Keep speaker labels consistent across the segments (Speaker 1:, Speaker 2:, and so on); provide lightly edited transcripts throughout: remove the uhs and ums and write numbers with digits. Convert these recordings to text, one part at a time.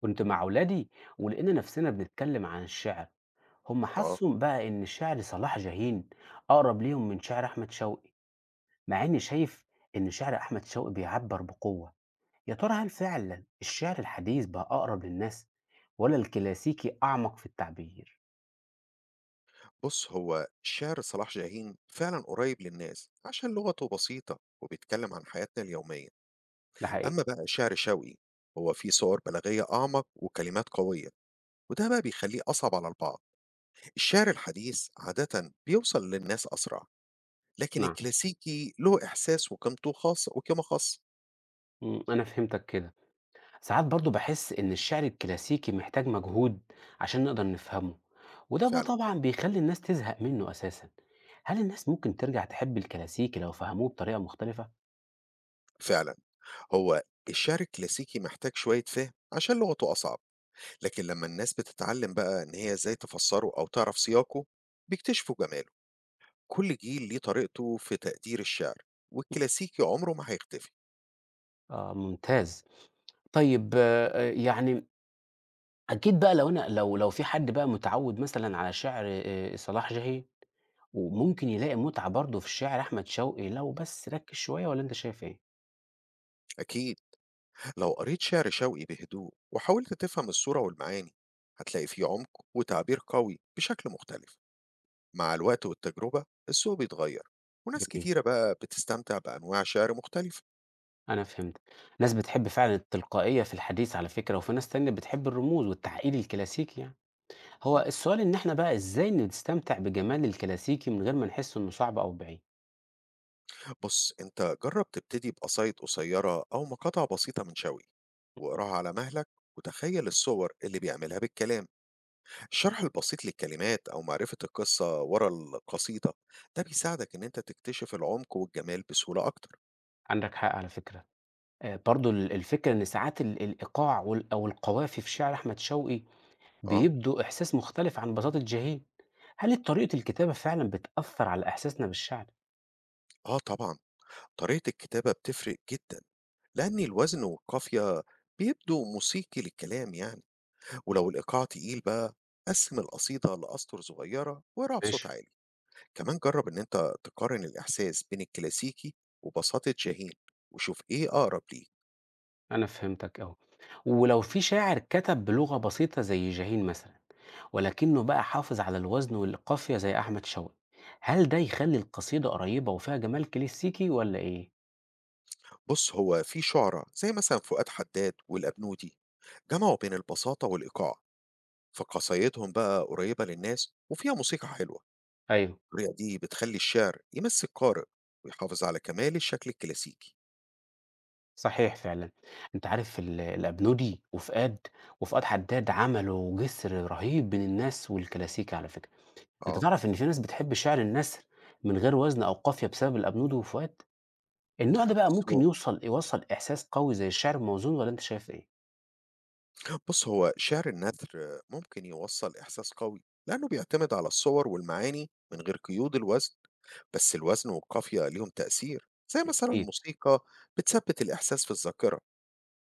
Speaker 1: كنت مع ولادي ولقينا نفسنا بنتكلم عن الشعر. هم
Speaker 2: آه
Speaker 1: حسوا بقى ان شعر صلاح جاهين اقرب ليهم من شعر احمد شوقي، مع اني شايف ان شعر احمد شوقي بيعبر بقوة. يا ترى هل فعلا الشعر الحديث بقى اقرب للناس ولا الكلاسيكي اعمق في التعبير؟
Speaker 2: بُص هو شعر صلاح جاهين فعلًا قريب للناس، عشان لغته بسيطة وبيتكلم عن حياتنا اليومية،
Speaker 1: ده
Speaker 2: أما
Speaker 1: حقيقي.
Speaker 2: بقى شعر شوقي هو فيه صور بلاغية أعمق وكلمات قوية، وده بقى بيخليه أصعب على البعض. الشعر الحديث عادةً بيوصل للناس أسرع، لكن
Speaker 1: نعم.
Speaker 2: الكلاسيكي له إحساس وقيمته خاصة وقيمة خاصة.
Speaker 1: انا فهمتك كده. ساعات برضو بحس إن الشعر الكلاسيكي محتاج مجهود عشان نقدر نفهمه، وده بقى
Speaker 2: فعلًا،
Speaker 1: طبعا بيخلي الناس تزهق منه أساسا. هل الناس ممكن ترجع تحب الكلاسيكي لو فهموه بطريقة مختلفة؟
Speaker 2: فعلًا، هو الشعر الكلاسيكي محتاج شوية فهم عشان لغته أصعب، لكن لما الناس بتتعلم بقى إن هي إزاي تفسره أو تعرف سياقه، بيكتشفوا جماله. كل جيل ليه طريقته في تقدير الشعر والكلاسيكي عمره ما هيختفي.
Speaker 1: آه ممتاز. طيب، يعني أكيد بقى، لو أنا لو لو في حد بقى متعود مثلا على شعر صلاح جاهي، وممكن يلاقي متعة برضه في شعر أحمد شوقي لو بس ركز شوية، ولا أنت شايف إيه؟
Speaker 2: أكيد لو قريت شعر شوقي بهدوء وحاولت تفهم الصورة والمعاني هتلاقي فيه عمق وتعبير قوي بشكل مختلف. مع الوقت والتجربة السوق بيتغير وناس
Speaker 1: جميل،
Speaker 2: كتيرة بقى بتستمتع بأنواع شعر مختلفة.
Speaker 1: أنا فهمت. ناس بتحب فعلًا التلقائية في الحديث على فكرة، وفي ناس تانية بتحب الرموز والتعقيد الكلاسيكي يعني. هو
Speaker 2: مم.
Speaker 1: السؤال، إن إحنا بقى إزاي نستمتع بجمال الكلاسيكي من غير ما نحس إنه صعب أو بعيد؟
Speaker 2: بص أنت جرب تبتدي بقصايد قصيرة أو مقاطع بسيطة من شوقي واقراها على مهلك وتخيل الصور اللي بيعملها بالكلام. الشرح البسيط للكلمات أو معرفة القصة ورا القصيدة ده بيساعدك إن أنت تكتشف العمق والجمال بسهولة أكتر.
Speaker 1: عندك حق على فكرة. برضه الفكرة إن ساعات الإيقاع أو القوافي في شعر أحمد شوقي
Speaker 2: آه
Speaker 1: بيدّوا إحساس مختلف عن بساطة جاهين. هل طريقة الكتابة فعلًا بتأثّر على إحساسنا بالشعر؟
Speaker 2: آه طبعًا طريقة الكتابة بتفرق جدًا لأن الوزن والقافية بيبدوا موسيقي للكلام يعني. ولو الإيقاع تقيل بقى قسم القصيدة لأسطر صغيرة واقرأها بصوت
Speaker 1: ماشي.
Speaker 2: عالي. كمان جرب إن أنت تقارن الإحساس بين الكلاسيكي وبساطة شاهين وشوف إيه أقرب ليك.
Speaker 1: أنا فهمتك أوي. ولو في شاعر كتب بلغة بسيطة زي جاهين مثلا، ولكنه بقى حافظ على الوزن والقافية زي أحمد شوقي، هل ده يخلي القصيدة قريبة وفيها جمال كلاسيكي ولا إيه؟
Speaker 2: بص هو في شعراء زي مثلا فؤاد حداد والأبنودي جمعوا بين البساطة والإيقاع، فقصايدهم بقى قريبة للناس وفيها موسيقى حلوة،
Speaker 1: أيوه.
Speaker 2: الطريقة دي بتخلي الشعر يمس القارئ ويحافظ على كمال الشكل الكلاسيكي.
Speaker 1: صحيح فعلا. أنت عارف الأبنودي وفؤاد حداد عملوا جسر رهيب بين الناس والكلاسيكي على فكرة. أنت
Speaker 2: آه.
Speaker 1: تعرف إن في ناس بتحب شعر النثر من غير وزن أو قافية بسبب الأبنودي وفؤاد. النوع ده بقى
Speaker 2: بص
Speaker 1: ممكن
Speaker 2: هو
Speaker 1: يوصل إحساس قوي زي الشعر الموزون، ولا أنت شايف إيه؟
Speaker 2: بص هو شعر النثر ممكن يوصل إحساس قوي لأنه بيعتمد على الصور والمعاني من غير قيود الوزن، بس الوزن والقافية ليهم تأثير، زي مثلا
Speaker 1: أكيد.
Speaker 2: الموسيقى بتثبت الإحساس في الذاكرة،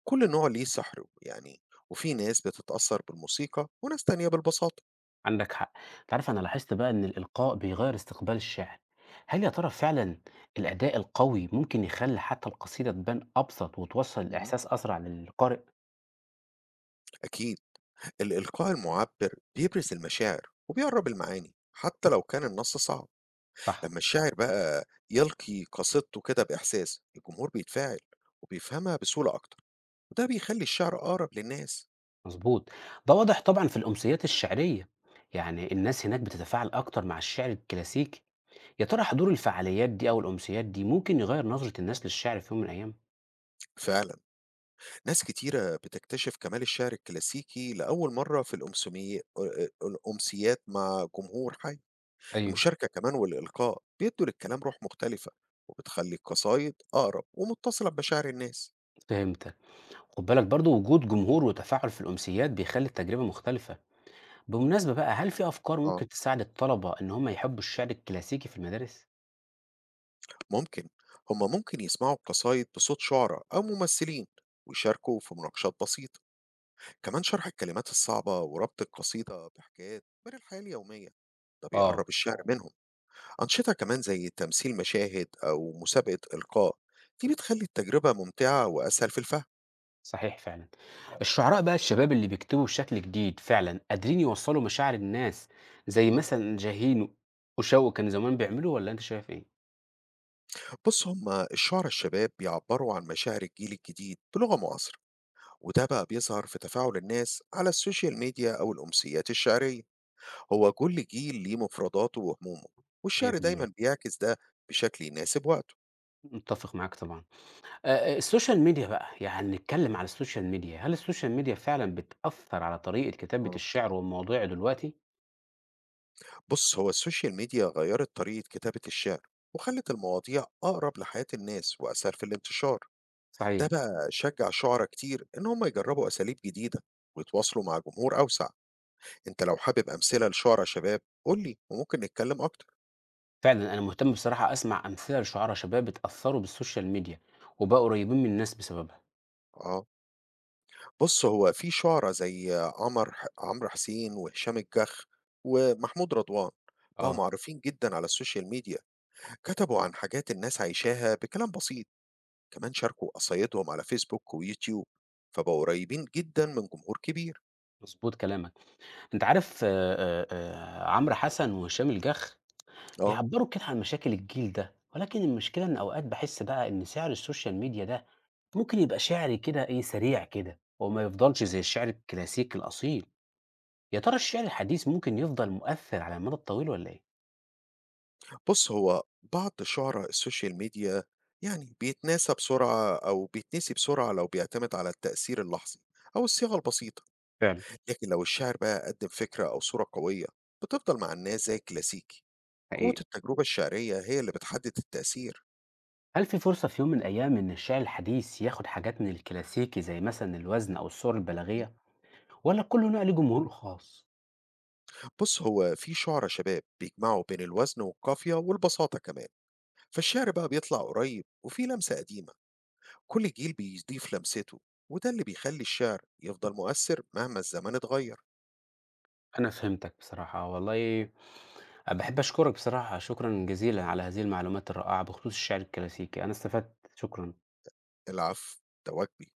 Speaker 2: كل نوع ليه سحره يعني، وفي ناس بتتأثر بالموسيقى وناس تانية بالبساطة.
Speaker 1: عندك حق. تعرف انا لاحظت بقى ان الالقاء بيغير استقبال الشاعر. هل يا ترى فعلا الاداء القوي ممكن يخلي حتى القصيده تبان ابسط وتوصل
Speaker 2: مم.
Speaker 1: الاحساس اسرع للقارئ؟
Speaker 2: أكيد الإلقاء المُعبّر بيبرز المشاعر وبيقرّب المعاني، حتى لو كان النص صعب،
Speaker 1: صح.
Speaker 2: لمّا الشاعر بقى يلقي قصيدته كده بإحساس، الجمهور بيتفاعل وبيفهمها بسهولة أكتر، وده بيخلّي الشعر أقرب للناس.
Speaker 1: مظبوط. ده واضح طبعا في الامسيات الشعريه، يعني الناس هناك بتتفاعل اكتر مع الشعر الكلاسيكي. يا ترى حضور الفعاليات دي او الامسيات دي ممكن يغير نظره الناس للشعر في يوم من الايام؟
Speaker 2: فعلًا، ناس كتيرة بتكتشف كمال الشعر الكلاسيكي لأول مرّة في الأمسومي أ أ الأمسيات مع جمهور حي.
Speaker 1: ايوه.
Speaker 2: المشاركة كمان والإلقاء بيدّوا للكلام روح مختلفة، وبتخلّي القصايد أقرب ومتصلة بمشاعر الناس.
Speaker 1: فهمتك. خد بالك برضو، وجود جمهور وتفاعل في الامسيات بيخلي التجربه مختلفه. بالمناسبة بقى، هل في أفكار
Speaker 2: آه.
Speaker 1: ممكن تساعد الطلبة إن هم يحبوا الشعر الكلاسيكي في المدارس؟
Speaker 2: ممكن هما ممكن يسمعوا قصايد بصوت شعراء أو ممثلين ويشاركوا في مناقشات بسيطة. كمان شرح الكلمات الصعبة وربط القصيدة بحكايات من الحياة اليومية ده
Speaker 1: آه.
Speaker 2: بيقرب الشعر منهم. أنشطة كمان زي تمثيل مشاهد أو مسابقة إلقاء دي بتخلي التجربة ممتعة وأسهل في الفهم.
Speaker 1: صحيح فعلا. الشعراء بقى الشباب اللي بيكتبوا بشكل جديد فعلا قادرين يوصلوا مشاعر الناس زي
Speaker 2: مم.
Speaker 1: مثلا جاهين وشوق كان زمان بيعملوا، ولا أنت شايف إيه؟
Speaker 2: بص هما الشعر الشباب بيعبروا عن مشاعر الجيل الجديد بلغة معاصرة وده بقى بيظهر في تفاعل الناس على السوشيال ميديا أو الأمسيات الشعرية. هو كل جيل ليه مفرداته وهمومه والشعر
Speaker 1: 100%.
Speaker 2: دايما بيعكس ده بشكل يناسب وقته.
Speaker 1: متفق معاك طبعا. السوشيال ميديا بقى، يعني نتكلم على السوشيال ميديا، هل السوشيال ميديا فعلا بتأثر على طريقة كتابة
Speaker 2: آه،
Speaker 1: الشعر والمواضيع دلوقتي؟
Speaker 2: بص هو السوشيال ميديا غيرت طريقة كتابة الشعر وخلت المواضيع أقرب لحياة الناس وأسهل في الانتشار. ده
Speaker 1: صحيح.
Speaker 2: بقى شجع شعراء كتير إن هم يجربوا أساليب جديدة ويتواصلوا مع جمهور أوسع. أنت لو حابب أمثلة لشعراء شباب قول لي وممكن نتكلم أكتر.
Speaker 1: فعلًا أنا مهتم بصراحة أسمع أمثلة لشُعَرا شباب اتأثّروا بالسوشيال ميديا وبقوا قريّبين من الناس بسببها.
Speaker 2: آه، بص هو في شعراء زي عمر عمرو حسين وهشام الجح ومحمود رضوان بقوا
Speaker 1: آه،
Speaker 2: معروفين جدا على السوشيال ميديا. كتبوا عن حاجات الناس عايشاها بكلام بسيط. كمان شاركوا قصايدهم على فيسبوك ويوتيوب فبقوا قريبين جدا من جمهور كبير.
Speaker 1: مضبوط كلامك. أنت عارف عمرو حسن وهشام الجَخ
Speaker 2: اه
Speaker 1: بيعبّروا كده عن مشاكل الجيل ده، ولكن المشكلة إن أوقات باحس بقى إن سِعر السوشيال ميديا ده ممكن يبقى شِعر كده إيه، سريع كده وما يفضلش زي الشِعر الكلاسيكي الأصيل. يا ترى الشِعر الحديث ممكن يفضل مؤثّر على المدى الطويل والّا إيه؟
Speaker 2: بص هو بعض شعراء السوشيال ميديا يعني بيتناسى بسرعة أو بيتنسي بسرعة لو بيعتمد على التأثير اللحظي أو الصياغة البسيطة.
Speaker 1: فعلًا.
Speaker 2: لكن لو الشاعر بقى قدم فكرة أو صورة قوية بتفضل مع الناس زي الكلاسيكي. قوة
Speaker 1: حقيقي.
Speaker 2: التجربة الشعرية هي اللي بتحدد التأثير.
Speaker 1: هل في فرصة في يوم من الأيام إن الشعر الحديث ياخد حاجات من الكلاسيكي زي مثلا الوزن أو الصور البلاغية، ولا كله نقل جمهور خاص؟
Speaker 2: بص هو في شعرى شباب بيجمعوا بين الوزن والقافية والبساطة كمان فالشعر بقى بيطلع قريب وفيه لمسة قديمة. كل جيل بيضيف لمسته وده اللي بيخلي الشعر يفضل مؤثر مهما الزمان اتغير.
Speaker 1: أنا فهمتك بصراحة والله. بحب أشكرك بصراحة، شكرا جزيلا على هذه المعلومات الرائعة بخصوص الشعر الكلاسيكي، أنا استفدت، شكرا.
Speaker 2: العفو ده واجبي.